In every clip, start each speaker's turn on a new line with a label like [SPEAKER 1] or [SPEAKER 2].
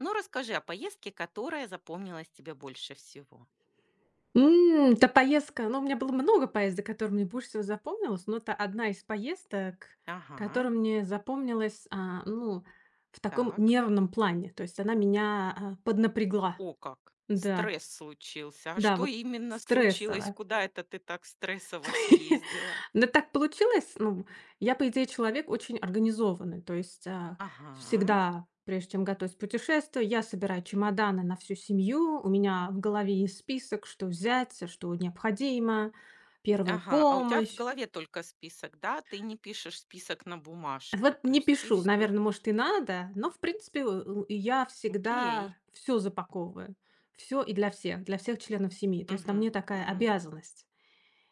[SPEAKER 1] Ну, расскажи о поездке, которая запомнилась тебе больше всего.
[SPEAKER 2] Та поездка, у меня было много поездок, которые мне больше всего запомнилось, но это одна из поездок,
[SPEAKER 1] Ага,
[SPEAKER 2] которая мне запомнилась, в таком
[SPEAKER 1] так.
[SPEAKER 2] нервном плане. То есть она меня, поднапрягла.
[SPEAKER 1] О, как.
[SPEAKER 2] Да,
[SPEAKER 1] Стресс случился. А
[SPEAKER 2] да,
[SPEAKER 1] что
[SPEAKER 2] вот
[SPEAKER 1] именно случилось?
[SPEAKER 2] стрессово.
[SPEAKER 1] Куда это ты так стрессово съездила?
[SPEAKER 2] Но так получилось. Ну, я, по идее, человек очень организованный. То есть
[SPEAKER 1] Ага.
[SPEAKER 2] всегда, прежде чем готовить путешествие, я собираю чемоданы на всю семью. У меня в голове есть список, что взять, что необходимо, первая
[SPEAKER 1] Ага, а у тебя в
[SPEAKER 2] помощь.
[SPEAKER 1] голове только список, да? Ты не пишешь список на бумажке,
[SPEAKER 2] Вот
[SPEAKER 1] то
[SPEAKER 2] не
[SPEAKER 1] есть ты
[SPEAKER 2] пишу,
[SPEAKER 1] все.
[SPEAKER 2] наверное, может, и надо, но, в принципе, и я всегда
[SPEAKER 1] Окей.
[SPEAKER 2] все запаковываю. Все и для всех членов семьи. То есть на
[SPEAKER 1] Угу,
[SPEAKER 2] мне такая обязанность.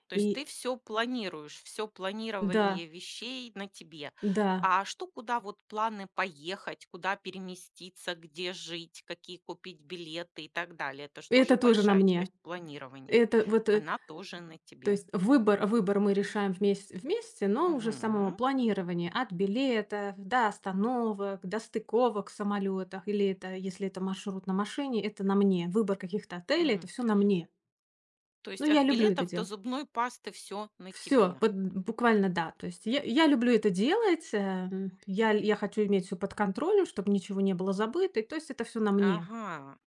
[SPEAKER 1] то есть
[SPEAKER 2] И
[SPEAKER 1] ты все планируешь, все
[SPEAKER 2] да,
[SPEAKER 1] планирование вещей на тебе.
[SPEAKER 2] да,
[SPEAKER 1] А что, куда вот планы поехать, куда переместиться, где жить, какие купить билеты и так далее. Это ж
[SPEAKER 2] это
[SPEAKER 1] тоже
[SPEAKER 2] тоже на
[SPEAKER 1] большая
[SPEAKER 2] мне.
[SPEAKER 1] часть планирования.
[SPEAKER 2] Это вот, э,
[SPEAKER 1] Она тоже на
[SPEAKER 2] то
[SPEAKER 1] тебе.
[SPEAKER 2] есть выбор мы решаем вместе, но уже с самого
[SPEAKER 1] Мгм.
[SPEAKER 2] планирования: от билетов до остановок, до стыковок в самолётах. Или это, если это маршрут на машине, это на мне. Выбор каких-то отелей — это
[SPEAKER 1] Мгм.
[SPEAKER 2] все на мне.
[SPEAKER 1] То
[SPEAKER 2] Но
[SPEAKER 1] есть от
[SPEAKER 2] я люблю это
[SPEAKER 1] билетов до
[SPEAKER 2] делать.
[SPEAKER 1] зубной пасты все на
[SPEAKER 2] Все,
[SPEAKER 1] тебе.
[SPEAKER 2] вот буквально да. То есть я люблю это делать, я хочу иметь все под контролем, чтобы ничего не было забыто. И то есть это все на мне.
[SPEAKER 1] Ага.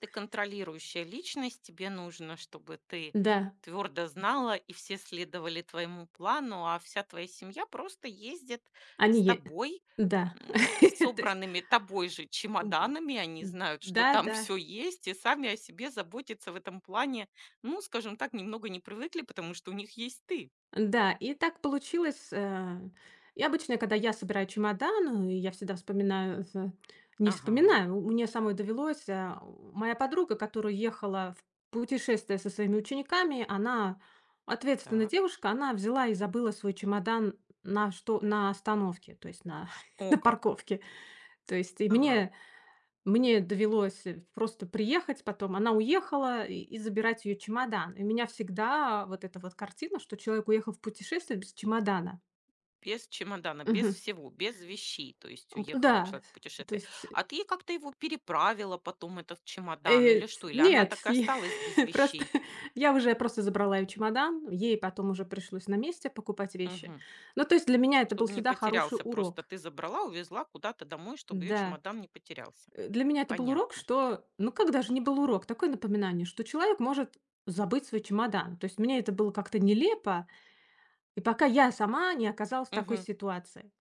[SPEAKER 1] Ты контролирующая личность, тебе нужно, чтобы ты
[SPEAKER 2] Да,
[SPEAKER 1] твердо знала и все следовали твоему плану, а вся твоя семья просто ездит
[SPEAKER 2] они
[SPEAKER 1] с
[SPEAKER 2] е
[SPEAKER 1] тобой,
[SPEAKER 2] да.
[SPEAKER 1] м, э, с
[SPEAKER 2] То есть,
[SPEAKER 1] собранными тобой же
[SPEAKER 2] м,
[SPEAKER 1] чемоданами, они
[SPEAKER 2] м,
[SPEAKER 1] знают, что там
[SPEAKER 2] да-да.
[SPEAKER 1] все есть, и сами о себе заботиться в этом плане, ну, скажем так, немного не привыкли, потому что у них есть ты.
[SPEAKER 2] Да, и так получилось. И обычно, когда я собираю чемодан, я всегда вспоминаю, э, не
[SPEAKER 1] Ага,
[SPEAKER 2] вспоминаю, у- мне самой довелось, моя подруга, которая ехала в путешествие со своими учениками, она ответственная
[SPEAKER 1] так.
[SPEAKER 2] девушка, она взяла и забыла свой чемодан на остановке, то есть на
[SPEAKER 1] О,
[SPEAKER 2] на
[SPEAKER 1] как.
[SPEAKER 2] парковке. То есть и
[SPEAKER 1] Ага.
[SPEAKER 2] мне мне довелось, просто приехать потом. Она уехала и забирать ее чемодан. И у меня всегда вот эта вот картина, что человек уехал в путешествие без чемодана.
[SPEAKER 1] Без чемодана, без
[SPEAKER 2] Мгм.
[SPEAKER 1] всего, без вещей, то есть уехал
[SPEAKER 2] Да,
[SPEAKER 1] человек в
[SPEAKER 2] то
[SPEAKER 1] путешествие.
[SPEAKER 2] есть,
[SPEAKER 1] А ты как-то его переправила потом, этот чемодан,
[SPEAKER 2] э,
[SPEAKER 1] или
[SPEAKER 2] ц
[SPEAKER 1] что? Или она
[SPEAKER 2] нет,
[SPEAKER 1] так и осталась без
[SPEAKER 2] просто
[SPEAKER 1] вещей?
[SPEAKER 2] я уже просто забрала ее чемодан, ей потом уже пришлось на месте покупать вещи.
[SPEAKER 1] Мгм.
[SPEAKER 2] Ну, то есть для меня это был
[SPEAKER 1] Чтобы не
[SPEAKER 2] всегда хороший
[SPEAKER 1] потерялся, просто
[SPEAKER 2] урок.
[SPEAKER 1] ты забрала, увезла куда-то домой, чтобы ее
[SPEAKER 2] Да.
[SPEAKER 1] чемодан не потерялся.
[SPEAKER 2] Для меня это был урок,
[SPEAKER 1] Понятно.
[SPEAKER 2] что, ну как даже не был урок, такое напоминание, что человек может забыть свой чемодан. То есть мне это было как-то нелепо, и пока я сама не оказалась в такой
[SPEAKER 1] Мгм.
[SPEAKER 2] ситуации.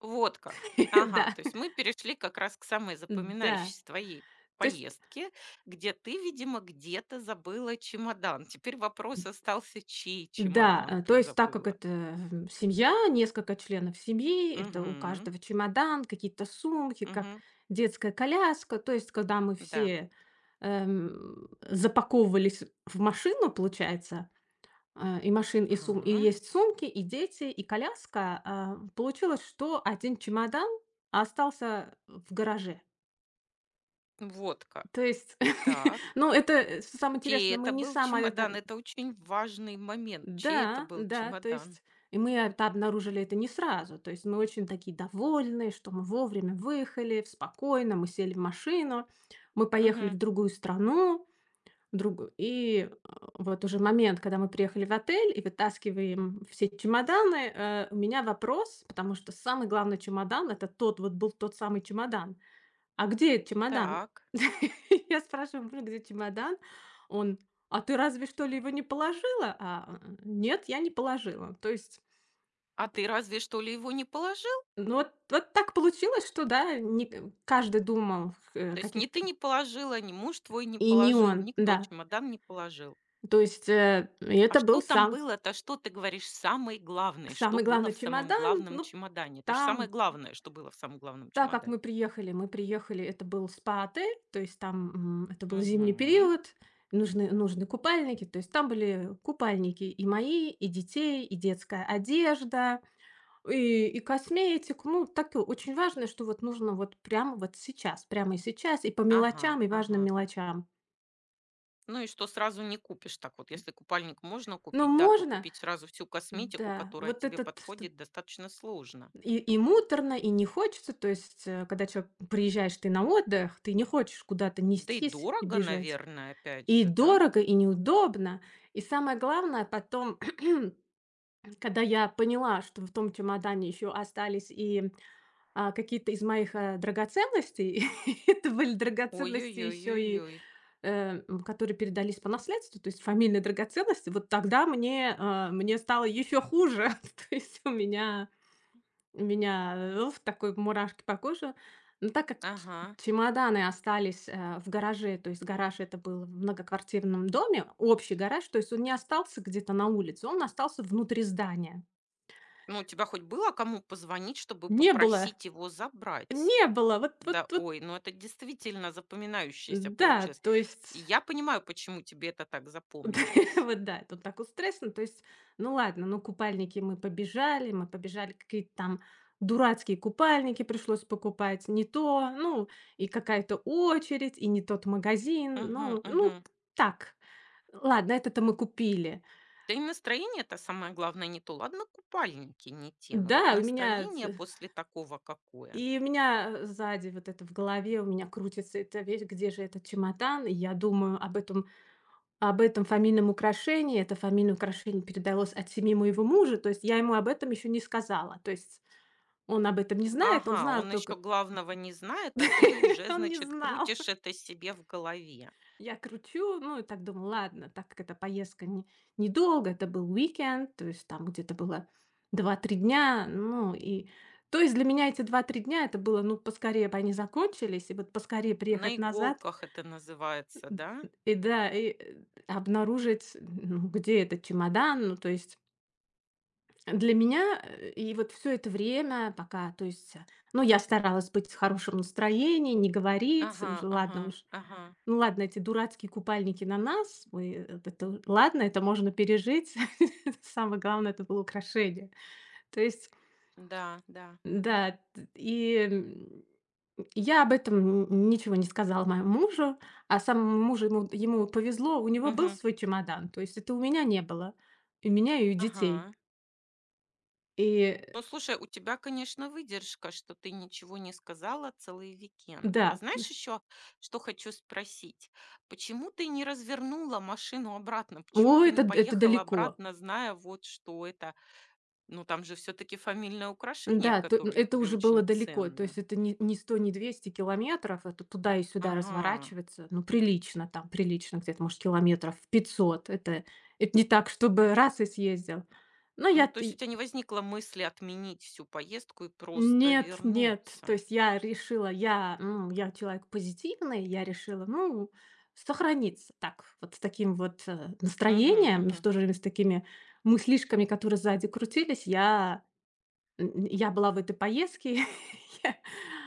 [SPEAKER 1] Вот как. Ага,
[SPEAKER 2] Да,
[SPEAKER 1] то есть мы перешли как раз к самой
[SPEAKER 2] да.
[SPEAKER 1] запоминающейся твоей
[SPEAKER 2] То есть,
[SPEAKER 1] поездке, где ты, видимо, где-то забыла чемодан. Теперь вопрос остался, чей
[SPEAKER 2] да,
[SPEAKER 1] чемодан
[SPEAKER 2] э, то
[SPEAKER 1] ты
[SPEAKER 2] есть так как
[SPEAKER 1] забыла.
[SPEAKER 2] это, семья, несколько членов семьи, это у
[SPEAKER 1] Мгм.
[SPEAKER 2] каждого чемодан, какие-то сумки, как
[SPEAKER 1] Мгм.
[SPEAKER 2] детская коляска. То есть когда мы
[SPEAKER 1] Да.
[SPEAKER 2] все, запаковывались в машину, получается, А, и машин, и сум и
[SPEAKER 1] Ага.
[SPEAKER 2] есть сумки, и дети, и коляска. Получилось, что один чемодан остался в гараже.
[SPEAKER 1] Вот
[SPEAKER 2] То
[SPEAKER 1] как.
[SPEAKER 2] есть,
[SPEAKER 1] Так.
[SPEAKER 2] ну, это, самое
[SPEAKER 1] Чей
[SPEAKER 2] интересное, мы
[SPEAKER 1] это
[SPEAKER 2] не
[SPEAKER 1] был
[SPEAKER 2] сама это
[SPEAKER 1] чемодан? Это очень важный момент. Чей это
[SPEAKER 2] Да,
[SPEAKER 1] был чемодан?
[SPEAKER 2] и мы обнаружили это не сразу. То есть мы очень такие довольные, что мы вовремя выехали, спокойно, мы сели в машину, мы поехали в
[SPEAKER 1] Мгм.
[SPEAKER 2] другую страну. другу и, э, вот уже момент, когда мы приехали в отель и вытаскиваем все чемоданы, у меня вопрос, потому что самый главный чемодан — это тот вот был тот самый чемодан. "А где этот чемодан?"
[SPEAKER 1] Так.
[SPEAKER 2] Я спрашиваю мужа: "Где чемодан?" Он: "А ты разве что ли его не положила?" "Нет, я не положила". То есть,
[SPEAKER 1] А ты разве что ли его не положил?
[SPEAKER 2] ну вот вот так получилось, что да, не к каждый думал, э,
[SPEAKER 1] То есть ни
[SPEAKER 2] каких-то
[SPEAKER 1] ты не положила, ни муж твой не
[SPEAKER 2] и не
[SPEAKER 1] положил,
[SPEAKER 2] он,
[SPEAKER 1] никто
[SPEAKER 2] да.
[SPEAKER 1] чемодан не положил.
[SPEAKER 2] То есть, э, и
[SPEAKER 1] А
[SPEAKER 2] это был
[SPEAKER 1] что там
[SPEAKER 2] сам
[SPEAKER 1] было-то, что ты говоришь, самое главное, что
[SPEAKER 2] Самый
[SPEAKER 1] было
[SPEAKER 2] главный
[SPEAKER 1] в самом
[SPEAKER 2] чемодан,
[SPEAKER 1] главном
[SPEAKER 2] ну,
[SPEAKER 1] чемодане? Это же самое
[SPEAKER 2] там,
[SPEAKER 1] главное, что было в самом главном
[SPEAKER 2] так как мы
[SPEAKER 1] чемодане.
[SPEAKER 2] приехали, это был спа-отель, то есть там, это был зимний
[SPEAKER 1] Мгм.
[SPEAKER 2] период, нужны купальники, то есть там были купальники и мои, и детей, и детская одежда, и косметик, ну, так и очень важно, что вот нужно вот прямо вот сейчас, прямо и сейчас, и по
[SPEAKER 1] Ага,
[SPEAKER 2] мелочам, и важным
[SPEAKER 1] ага.
[SPEAKER 2] мелочам.
[SPEAKER 1] Ну и что сразу не купишь так вот. Если купальник можно
[SPEAKER 2] Но
[SPEAKER 1] купить, да, то
[SPEAKER 2] можно,
[SPEAKER 1] купить сразу всю косметику,
[SPEAKER 2] да,
[SPEAKER 1] которая тебе подходит, достаточно сложно.
[SPEAKER 2] И и муторно, и не хочется. Когда чё приезжаешь ты на отдых, ты не хочешь куда-то
[SPEAKER 1] Да и
[SPEAKER 2] нестись и
[SPEAKER 1] дорого,
[SPEAKER 2] бежать.
[SPEAKER 1] наверное, опять
[SPEAKER 2] И
[SPEAKER 1] же, да?
[SPEAKER 2] дорого, и неудобно. И самое главное, потом, когда я поняла, что в том чемодане еще остались какие-то из моих, драгоценностей, это были драгоценности еще и,
[SPEAKER 1] Ой-ой-ой-ой-ой.
[SPEAKER 2] э, м, которые передались по наследству, то есть фамильные драгоценности, вот тогда мне, мне стало еще хуже. То есть у меня У меня, в такой мурашки по коже. Но так как ч
[SPEAKER 1] Ага.
[SPEAKER 2] Чемоданы остались, в гараже, то есть гараж — это был в многоквартирном доме, общий гараж, то есть он не остался где-то на улице, он остался внутри здания.
[SPEAKER 1] Ну, у тебя хоть было кому позвонить, чтобы
[SPEAKER 2] Не было,
[SPEAKER 1] попросить его забрать?
[SPEAKER 2] не было, вот вот
[SPEAKER 1] Да,
[SPEAKER 2] вот
[SPEAKER 1] ой, ну это действительно запоминающееся
[SPEAKER 2] да,
[SPEAKER 1] получилось.
[SPEAKER 2] то есть
[SPEAKER 1] Я понимаю, почему тебе это так
[SPEAKER 2] Да,
[SPEAKER 1] запомнилось.
[SPEAKER 2] вот да, тут так вот страшно. Ну ладно, мы побежали, какие-то там дурацкие купальники пришлось покупать, не то, ну, и какая-то очередь, и не тот магазин,
[SPEAKER 1] Угу,
[SPEAKER 2] ну, ну,
[SPEAKER 1] угу.
[SPEAKER 2] так. Ладно, это-то мы купили.
[SPEAKER 1] Да и настроение-то самое главное не то. Ладно, купальники не те, но ведь
[SPEAKER 2] Да,
[SPEAKER 1] настроение после такого какое.
[SPEAKER 2] у меня сзади вот это в голове, у меня крутится эта вещь, где же этот чемодан, и я думаю об этом, об этом фамильном украшении. Это фамильное украшение передалось от семьи моего мужа, то есть я ему об этом еще не сказала. То есть он об этом не знает, он
[SPEAKER 1] Ага,
[SPEAKER 2] знал
[SPEAKER 1] он еще
[SPEAKER 2] только
[SPEAKER 1] главного не знает, а ты уже,
[SPEAKER 2] он не
[SPEAKER 1] значит,
[SPEAKER 2] знал.
[SPEAKER 1] крутишь это себе в голове.
[SPEAKER 2] Я кручу, ну и так думаю, ладно, так как эта поездка не недолго, это был уикенд, то есть там где-то было два-три дня, ну и то есть для меня эти два-три дня это было, ну, поскорее бы они закончились, и вот поскорее
[SPEAKER 1] На
[SPEAKER 2] приехать назад.
[SPEAKER 1] иголках это называется, да?
[SPEAKER 2] И да, обнаружить, ну, где этот чемодан, ну, то есть Для меня, и вот все это время, пока, то есть, э, ну, я старалась быть в хорошем настроении, не говорить,
[SPEAKER 1] Ага, ага,
[SPEAKER 2] ладно уж,
[SPEAKER 1] ага.
[SPEAKER 2] ну ладно, эти дурацкие купальники на нас, мы, э, вот это вот, ладно, это можно пережить. Самое главное — это было украшение. То есть,
[SPEAKER 1] Да, да.
[SPEAKER 2] да, т и, м, Я об этом н ничего не сказала моему мужу, а самому мужу ему повезло, у него был
[SPEAKER 1] Угу.
[SPEAKER 2] свой чемодан, то есть это у меня не было, и у меня и у детей.
[SPEAKER 1] Ага.
[SPEAKER 2] И, э,
[SPEAKER 1] Ну, слушай, у тебя, конечно, выдержка, что ты ничего не сказала целый уикенд. А
[SPEAKER 2] да.
[SPEAKER 1] знаешь еще, что хочу спросить? Почему ты не развернула машину обратно? Почему
[SPEAKER 2] О,
[SPEAKER 1] ты не
[SPEAKER 2] это
[SPEAKER 1] поехала
[SPEAKER 2] далеко.
[SPEAKER 1] обратно, зная вот что это? Ну, там же все-таки фамильное украшение,
[SPEAKER 2] Да, то
[SPEAKER 1] которое
[SPEAKER 2] это
[SPEAKER 1] тебе
[SPEAKER 2] уже было
[SPEAKER 1] очень
[SPEAKER 2] далеко. То есть
[SPEAKER 1] ценно.
[SPEAKER 2] это не 100, не 200 километров. Это туда и сюда
[SPEAKER 1] Ага.
[SPEAKER 2] разворачиваться. Ну, прилично где-то, может, километров 500. Это не так, чтобы раз и съездил. Но я
[SPEAKER 1] Ну, то есть у
[SPEAKER 2] ты
[SPEAKER 1] тебя не возникло мысли отменить всю поездку и просто
[SPEAKER 2] Нет, нет. То
[SPEAKER 1] вернуться.
[SPEAKER 2] есть я решила, я, м, Я человек позитивный, я решила, ну, сохраниться так, вот с таким вот, э,
[SPEAKER 1] Угу,
[SPEAKER 2] настроением, но в
[SPEAKER 1] угу,
[SPEAKER 2] то же время с такими мыслишками, которые сзади крутились. Я была в этой поездке. Я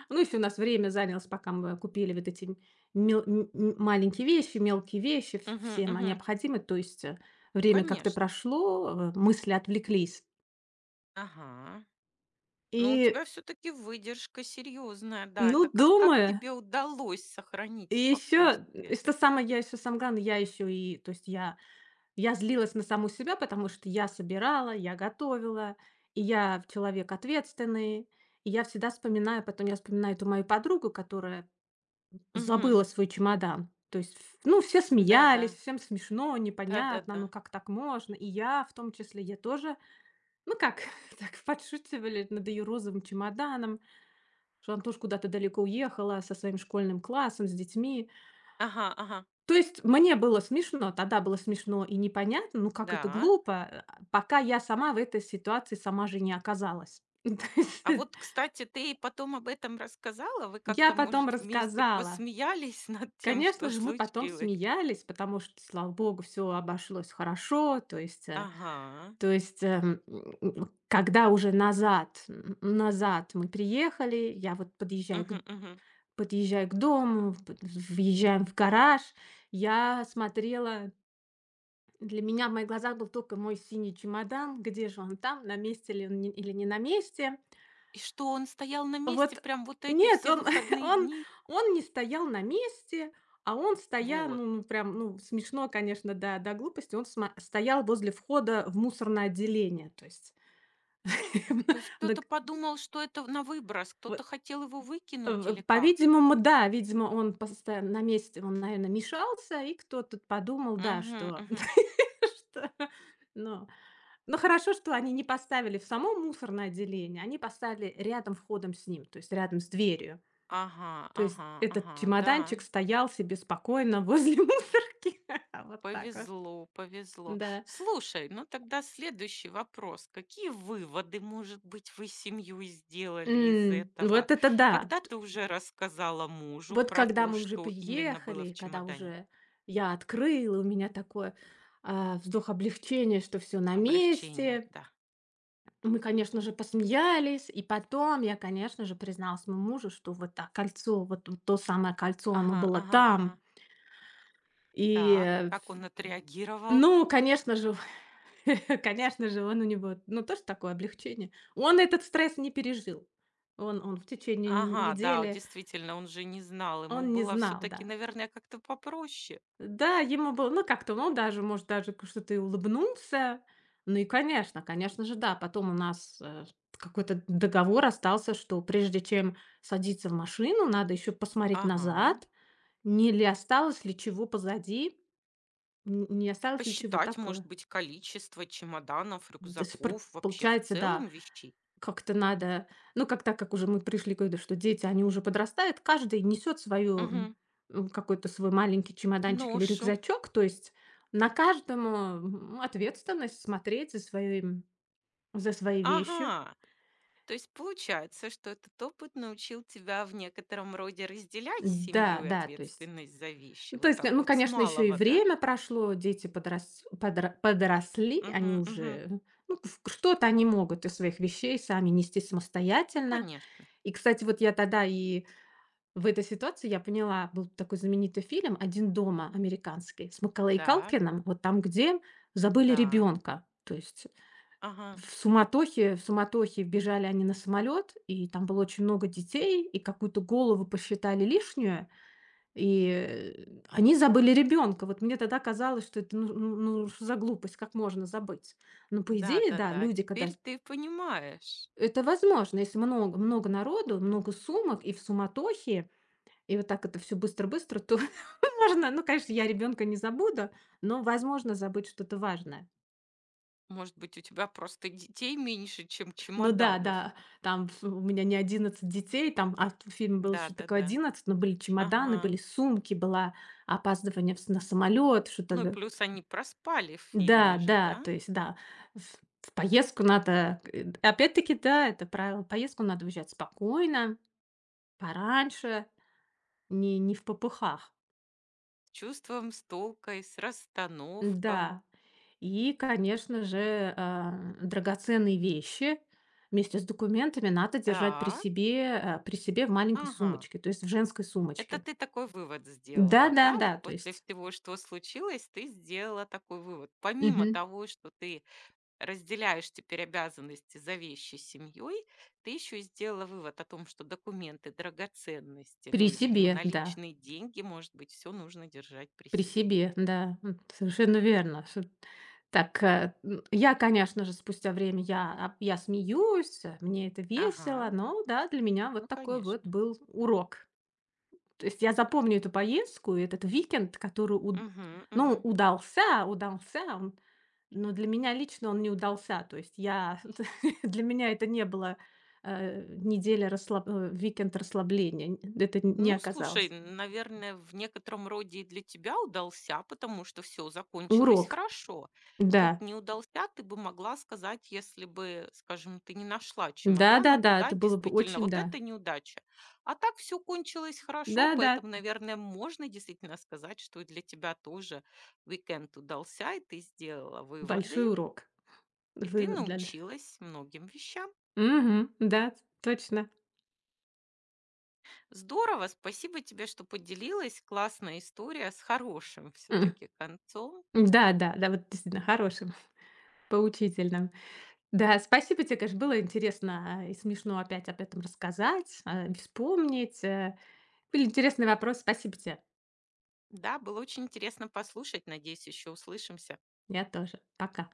[SPEAKER 2] Ну, если у нас время занялось, пока мы купили вот эти мелкие вещи, вс
[SPEAKER 1] угу,
[SPEAKER 2] все ма
[SPEAKER 1] угу.
[SPEAKER 2] необходимые, время как-то
[SPEAKER 1] Конечно.
[SPEAKER 2] прошло, мысли отвлеклись.
[SPEAKER 1] Ага. Но у
[SPEAKER 2] И,
[SPEAKER 1] тебя все-таки выдержка серьезная, да. Это
[SPEAKER 2] ну,
[SPEAKER 1] как
[SPEAKER 2] думаю,
[SPEAKER 1] тебе удалось сохранить
[SPEAKER 2] и еще,
[SPEAKER 1] спокойствие?
[SPEAKER 2] и
[SPEAKER 1] Это
[SPEAKER 2] что самое, я
[SPEAKER 1] все-таки.
[SPEAKER 2] еще, сам главное, я еще и, то есть я злилась на саму себя, потому что я собирала, я готовила, и я человек ответственный, и я вспоминаю эту мою подругу, которая
[SPEAKER 1] Угу.
[SPEAKER 2] забыла свой чемодан. То есть, ф Ну, все
[SPEAKER 1] Да,
[SPEAKER 2] смеялись,
[SPEAKER 1] да,
[SPEAKER 2] всем смешно,
[SPEAKER 1] да, да,
[SPEAKER 2] непонятно, ну
[SPEAKER 1] да.
[SPEAKER 2] как так можно? И я в том числе, я тоже, ну как, так подшучивали над ее розовым чемоданом, что она тоже куда-то далеко уехала со своим школьным классом, с детьми.
[SPEAKER 1] Ага, ага,
[SPEAKER 2] То есть мне было смешно, Тогда было смешно и непонятно, ну как это
[SPEAKER 1] да.
[SPEAKER 2] глупо, пока я сама в этой ситуации сама же не оказалась
[SPEAKER 1] А вот, кстати, ты потом об этом рассказала? Вы
[SPEAKER 2] Я
[SPEAKER 1] как-то,
[SPEAKER 2] потом
[SPEAKER 1] может, вместе
[SPEAKER 2] рассказала.
[SPEAKER 1] посмеялись над тем,
[SPEAKER 2] Конечно
[SPEAKER 1] что
[SPEAKER 2] же, мы потом
[SPEAKER 1] случилось?
[SPEAKER 2] смеялись, потому что, слава богу, все обошлось хорошо. То есть, э,
[SPEAKER 1] Ага.
[SPEAKER 2] то есть, м, м, Когда уже назад мы приехали, я вот
[SPEAKER 1] Угу, угу.
[SPEAKER 2] подъезжаю к дому, под въезжаем в гараж. Я смотрела, для меня в моих глазах был только мой синий чемодан. Где же он там, на месте ли он не или не на месте?
[SPEAKER 1] И что он стоял на месте
[SPEAKER 2] Вот
[SPEAKER 1] прям вот эти
[SPEAKER 2] нет,
[SPEAKER 1] все
[SPEAKER 2] он
[SPEAKER 1] выходные
[SPEAKER 2] он
[SPEAKER 1] дни?
[SPEAKER 2] он не стоял на месте, а он стоял
[SPEAKER 1] Вот.
[SPEAKER 2] прям, ну, смешно, конечно, до глупости, он сма стоял возле входа в мусорное отделение.
[SPEAKER 1] То есть кто-то
[SPEAKER 2] Дак
[SPEAKER 1] подумал, что это на выброс, кто-то
[SPEAKER 2] Вот,
[SPEAKER 1] хотел его выкинуть или как?
[SPEAKER 2] по-видимому, да, видимо, он постоянно на месте, он, наверное, мешался, и кто-то подумал, да,
[SPEAKER 1] Мгм,
[SPEAKER 2] что
[SPEAKER 1] мгм.
[SPEAKER 2] что, ну ну, хорошо, что они не поставили в само мусорное отделение, они поставили рядом входом с ним, то есть рядом с дверью.
[SPEAKER 1] Ага,
[SPEAKER 2] То есть
[SPEAKER 1] ага,
[SPEAKER 2] этот
[SPEAKER 1] ага, да,
[SPEAKER 2] чемоданчик стоял себе спокойно возле мусорки. Вот так вот,
[SPEAKER 1] повезло, повезло.
[SPEAKER 2] да.
[SPEAKER 1] Слушай, ну тогда следующий вопрос. Какие выводы, может быть, вы с семьей сделали из
[SPEAKER 2] М,
[SPEAKER 1] этого?
[SPEAKER 2] вот это да!
[SPEAKER 1] Когда ты уже рассказала мужу
[SPEAKER 2] Вот
[SPEAKER 1] про
[SPEAKER 2] когда
[SPEAKER 1] то,
[SPEAKER 2] мы уже
[SPEAKER 1] что именно было
[SPEAKER 2] приехали,
[SPEAKER 1] в
[SPEAKER 2] когда
[SPEAKER 1] чемодане?
[SPEAKER 2] уже я открыла, у меня такой, вздох облегчения, что все на
[SPEAKER 1] Облегчение,
[SPEAKER 2] месте.
[SPEAKER 1] да.
[SPEAKER 2] Мы, конечно же, посмеялись, и потом я, конечно же, призналась моему мужу, что вот, кольцо, то самое кольцо, оно
[SPEAKER 1] Ага,
[SPEAKER 2] было
[SPEAKER 1] ага,
[SPEAKER 2] там.
[SPEAKER 1] ага.
[SPEAKER 2] И,
[SPEAKER 1] Так,
[SPEAKER 2] э,
[SPEAKER 1] как он отреагировал?
[SPEAKER 2] ну, конечно же, конечно же, он у него, ну, тоже такое облегчение. Он этот стресс не пережил. Он в течение н
[SPEAKER 1] Ага, да,
[SPEAKER 2] недели,
[SPEAKER 1] действительно, он же не знал, ему
[SPEAKER 2] Он не
[SPEAKER 1] было
[SPEAKER 2] знал,
[SPEAKER 1] все-таки,
[SPEAKER 2] да.
[SPEAKER 1] наверное, как-то попроще.
[SPEAKER 2] Да, ему было, ну, как-то он даже, может, даже к что-то и улыбнулся. Ну и, конечно же, да, потом у нас, какой-то договор остался, что прежде чем садиться в машину, надо еще посмотреть
[SPEAKER 1] Ага.
[SPEAKER 2] назад, не ли осталось ли чего позади, н не осталось ли чего
[SPEAKER 1] Посчитать, может
[SPEAKER 2] такого.
[SPEAKER 1] быть, количество чемоданов,
[SPEAKER 2] То есть пр
[SPEAKER 1] рюкзаков, вообще в
[SPEAKER 2] Получается, да,
[SPEAKER 1] целом вещей.
[SPEAKER 2] как-то надо, ну, как так как уже мы пришли к выводу, что дети, они уже подрастают, каждый несет свою,
[SPEAKER 1] Мгм.
[SPEAKER 2] какой-то свой маленький чемоданчик или
[SPEAKER 1] Ношу.
[SPEAKER 2] рюкзачок. То есть на каждому, ответственность смотреть за свои вещи.
[SPEAKER 1] Ага. То есть получается, что этот опыт научил тебя в некотором роде разделять
[SPEAKER 2] Да,
[SPEAKER 1] семью и
[SPEAKER 2] да,
[SPEAKER 1] ответственность за вещи. Вот так
[SPEAKER 2] ну,
[SPEAKER 1] вот с
[SPEAKER 2] конечно, еще и
[SPEAKER 1] малого, да?
[SPEAKER 2] время прошло, дети подрас подра подросли, они
[SPEAKER 1] Мгм, мгм.
[SPEAKER 2] уже, ну, в что-то они могут из своих вещей сами нести
[SPEAKER 1] Ну,
[SPEAKER 2] самостоятельно.
[SPEAKER 1] конечно.
[SPEAKER 2] И, кстати, вот я тогда и В этой ситуации я поняла, был такой знаменитый фильм "Один дома" американский с Маколей
[SPEAKER 1] Так,
[SPEAKER 2] Калкиным, вот там, где забыли
[SPEAKER 1] да.
[SPEAKER 2] ребенка. То есть
[SPEAKER 1] Ага.
[SPEAKER 2] в суматохе В суматохе бежали они на самолет, и там было очень много детей, и какую-то голову посчитали лишнюю, они забыли ребенка. Вот мне тогда казалось, что это что за глупость, как можно забыть? Но по
[SPEAKER 1] Да,
[SPEAKER 2] идее,
[SPEAKER 1] да,
[SPEAKER 2] да,
[SPEAKER 1] да.
[SPEAKER 2] люди когда
[SPEAKER 1] Теперь
[SPEAKER 2] с
[SPEAKER 1] ты понимаешь.
[SPEAKER 2] это возможно, если много народу, много сумок и в суматохе, и вот так это все быстро-быстро, то можно, ну, конечно, я ребенка не забуду, но возможно забыть что-то важное.
[SPEAKER 1] Может быть, у тебя просто детей меньше, чем
[SPEAKER 2] Ну да,
[SPEAKER 1] чемоданов.
[SPEAKER 2] да, там ф у меня не 11 детей, там, а в фильме было
[SPEAKER 1] Да,
[SPEAKER 2] что-то
[SPEAKER 1] да,
[SPEAKER 2] такое
[SPEAKER 1] да.
[SPEAKER 2] 11, но были чемоданы,
[SPEAKER 1] Ага.
[SPEAKER 2] были сумки, было опаздывание в с на самолет, что-то
[SPEAKER 1] Ну и
[SPEAKER 2] д
[SPEAKER 1] плюс они проспали в
[SPEAKER 2] Да,
[SPEAKER 1] фильме же,
[SPEAKER 2] да,
[SPEAKER 1] да?
[SPEAKER 2] то есть, да, в в поездку надо, опять-таки, да, это правило, в поездку надо уезжать спокойно, пораньше, не в попыхах.
[SPEAKER 1] С чувством, с толкой, с расстановком.
[SPEAKER 2] Да. И, конечно же, драгоценные вещи вместе с документами надо держать при
[SPEAKER 1] Так,
[SPEAKER 2] себе, в маленькой
[SPEAKER 1] ага.
[SPEAKER 2] сумочке, то есть в женской
[SPEAKER 1] Это
[SPEAKER 2] сумочке.
[SPEAKER 1] ты такой вывод сделала, да? Вот
[SPEAKER 2] Да-да-да, то
[SPEAKER 1] после
[SPEAKER 2] есть
[SPEAKER 1] всего, что случилось, ты сделала такой вывод. Помимо
[SPEAKER 2] мгм.
[SPEAKER 1] того, что ты разделяешь теперь обязанности за вещи с семьей, ты еще и сделала вывод о том, что документы, драгоценности,
[SPEAKER 2] При
[SPEAKER 1] ну, и, видимо,
[SPEAKER 2] себе, да,
[SPEAKER 1] наличные деньги, может быть, все нужно держать при
[SPEAKER 2] при
[SPEAKER 1] себе.
[SPEAKER 2] себе, да, совершенно верно. Шо Так, я, конечно же, спустя время я смеюсь, мне это
[SPEAKER 1] Ага,
[SPEAKER 2] весело, но да, для меня вот
[SPEAKER 1] ну,
[SPEAKER 2] такой вот
[SPEAKER 1] конечно.
[SPEAKER 2] был урок. То есть я запомню эту поездку и этот викенд, который уд
[SPEAKER 1] Угу,
[SPEAKER 2] ну,
[SPEAKER 1] угу.
[SPEAKER 2] удался, но для меня лично он не удался. То есть я для меня это не было, викенд расслабления. Не
[SPEAKER 1] Ну, слушай,
[SPEAKER 2] оказалось.
[SPEAKER 1] наверное, в некотором роде и для тебя удался, потому что все закончилось
[SPEAKER 2] Урок.
[SPEAKER 1] хорошо.
[SPEAKER 2] Да.
[SPEAKER 1] Тут не удался, ты бы могла сказать, если бы, скажем, ты не нашла чемодана,
[SPEAKER 2] Да-да-да,
[SPEAKER 1] туда
[SPEAKER 2] это было бы
[SPEAKER 1] действительно
[SPEAKER 2] очень
[SPEAKER 1] вот
[SPEAKER 2] да.
[SPEAKER 1] это неудача. А так все кончилось хорошо,
[SPEAKER 2] Да-да,
[SPEAKER 1] поэтому, наверное, можно действительно сказать, что и для тебя тоже уикенд удался, и ты сделала выводы,
[SPEAKER 2] большой урок.
[SPEAKER 1] и ты
[SPEAKER 2] Вывод для
[SPEAKER 1] научилась многим вещам.
[SPEAKER 2] Мгм. Да, точно.
[SPEAKER 1] Здорово, спасибо тебе, что поделилась. Классная история с хорошим
[SPEAKER 2] М.
[SPEAKER 1] все-таки концом.
[SPEAKER 2] Да-да, да, да, вот действительно хорошим, поучительным. Да, спасибо тебе, конечно, было интересно, и смешно опять об этом рассказать, вспомнить. Были интересные вопросы. Спасибо тебе.
[SPEAKER 1] Да, было очень интересно послушать. Надеюсь, еще услышимся.
[SPEAKER 2] Я тоже. Пока.